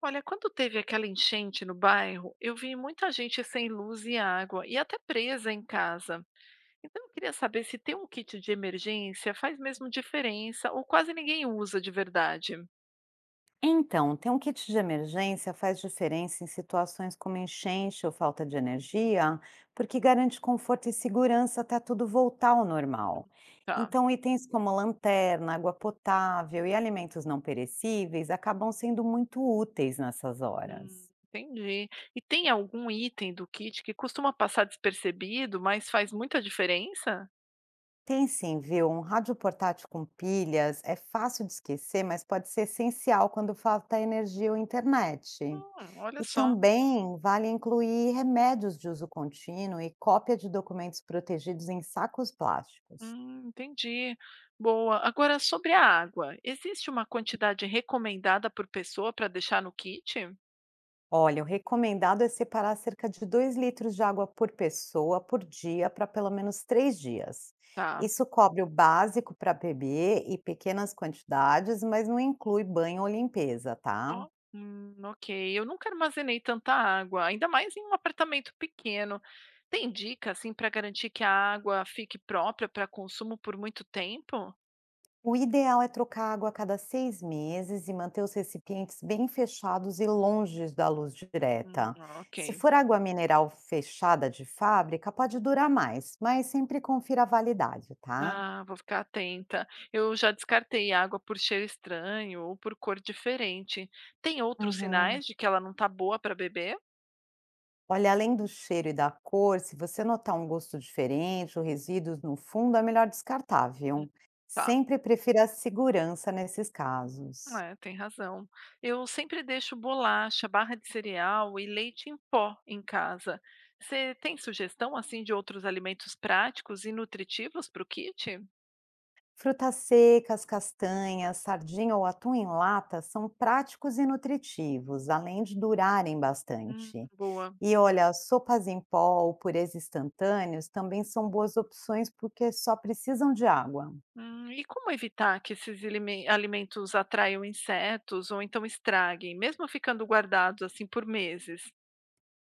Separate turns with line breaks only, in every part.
Olha, quando teve aquela enchente no bairro, eu vi muita gente sem luz e água e até presa em casa. Então eu queria saber se ter um kit de emergência faz mesmo diferença ou quase ninguém usa de verdade.
Então, ter um kit de emergência faz diferença em situações como enchente ou falta de energia, porque garante conforto e segurança até tudo voltar ao normal.
Tá.
Então, itens como lanterna, água potável e alimentos não perecíveis acabam sendo muito úteis nessas horas.
Entendi. E tem algum item do kit que costuma passar despercebido, mas faz muita diferença?
Tem sim, viu? Um rádio portátil com pilhas é fácil de esquecer, mas pode ser essencial quando falta energia ou internet.
Olha
E
só.
também vale incluir remédios de uso contínuo e cópia de documentos protegidos em sacos plásticos.
Entendi. Boa. Agora, sobre a água, existe uma quantidade recomendada por pessoa para deixar no kit?
Olha, o recomendado é separar cerca de 2 litros de água por pessoa por dia para pelo menos 3 dias.
Tá.
Isso cobre o básico para beber e pequenas quantidades, mas não inclui banho ou limpeza, tá?
Ó, ok. Eu nunca armazenei tanta água, ainda mais em um apartamento pequeno. Tem dica assim para garantir que a água fique própria para consumo por muito tempo?
O ideal é trocar água a cada 6 meses e manter os recipientes bem fechados e longe da luz
Hum,
direta.
ok.
Se for água mineral fechada de fábrica, pode durar mais, mas sempre confira a validade, tá?
Ah, vou ficar atenta. Eu já descartei água por cheiro estranho ou por cor diferente. Tem outros
Uhum.
sinais de que ela não está boa para beber?
Olha, além do cheiro e da cor, se você notar um gosto diferente ou resíduos no fundo, é melhor descartar,
Hum,
viu?
Tá.
Sempre prefira a segurança nesses casos.
É, tem razão. Eu sempre deixo bolacha, barra de cereal e leite em pó em casa. Você tem sugestão assim de outros alimentos práticos e nutritivos para o kit?
Frutas secas, castanhas, sardinha ou atum em lata são práticos e nutritivos, além de durarem bastante.
Boa.
E olha, sopas em pó ou purês instantâneos também são boas opções porque só precisam de água.
E como evitar que esses alimentos atraiam insetos ou então estraguem, mesmo ficando guardados assim por meses?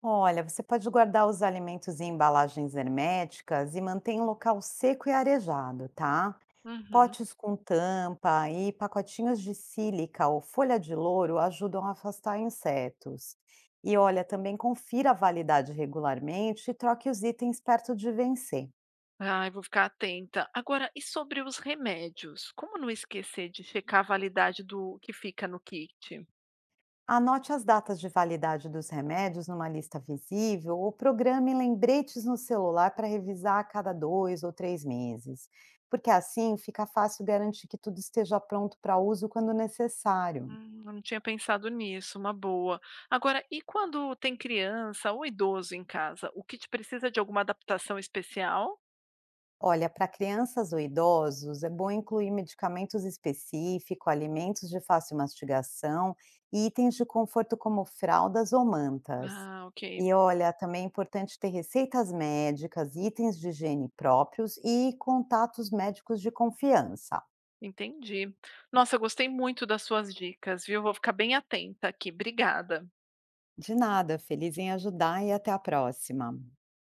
Olha, você pode guardar os alimentos em embalagens herméticas e mantém em local seco e arejado, tá?
Uhum.
Potes com tampa e pacotinhos de sílica ou folha de louro ajudam a afastar insetos. E olha, também confira a validade regularmente e troque os itens perto de vencer.
Ai, vou ficar atenta. Agora, e sobre os remédios? Como não esquecer de checar a validade do que fica no kit?
Anote as datas de validade dos remédios numa lista visível ou programe lembretes no celular para revisar a cada 2 ou 3 meses, porque assim fica fácil garantir que tudo esteja pronto para uso quando necessário.
Eu não tinha pensado nisso, uma boa. Agora, e quando tem criança ou idoso em casa, o kit precisa de alguma adaptação especial?
Olha, para crianças ou idosos, é bom incluir medicamentos específicos, alimentos de fácil mastigação e itens de conforto como fraldas ou mantas.
Ah, ok,
E olha, também é importante ter receitas médicas, itens de higiene próprios e contatos médicos de confiança.
entendi. Nossa, eu gostei muito das suas dicas, viu? Vou ficar bem atenta aqui. Obrigada.
De nada, feliz em ajudar e até a próxima.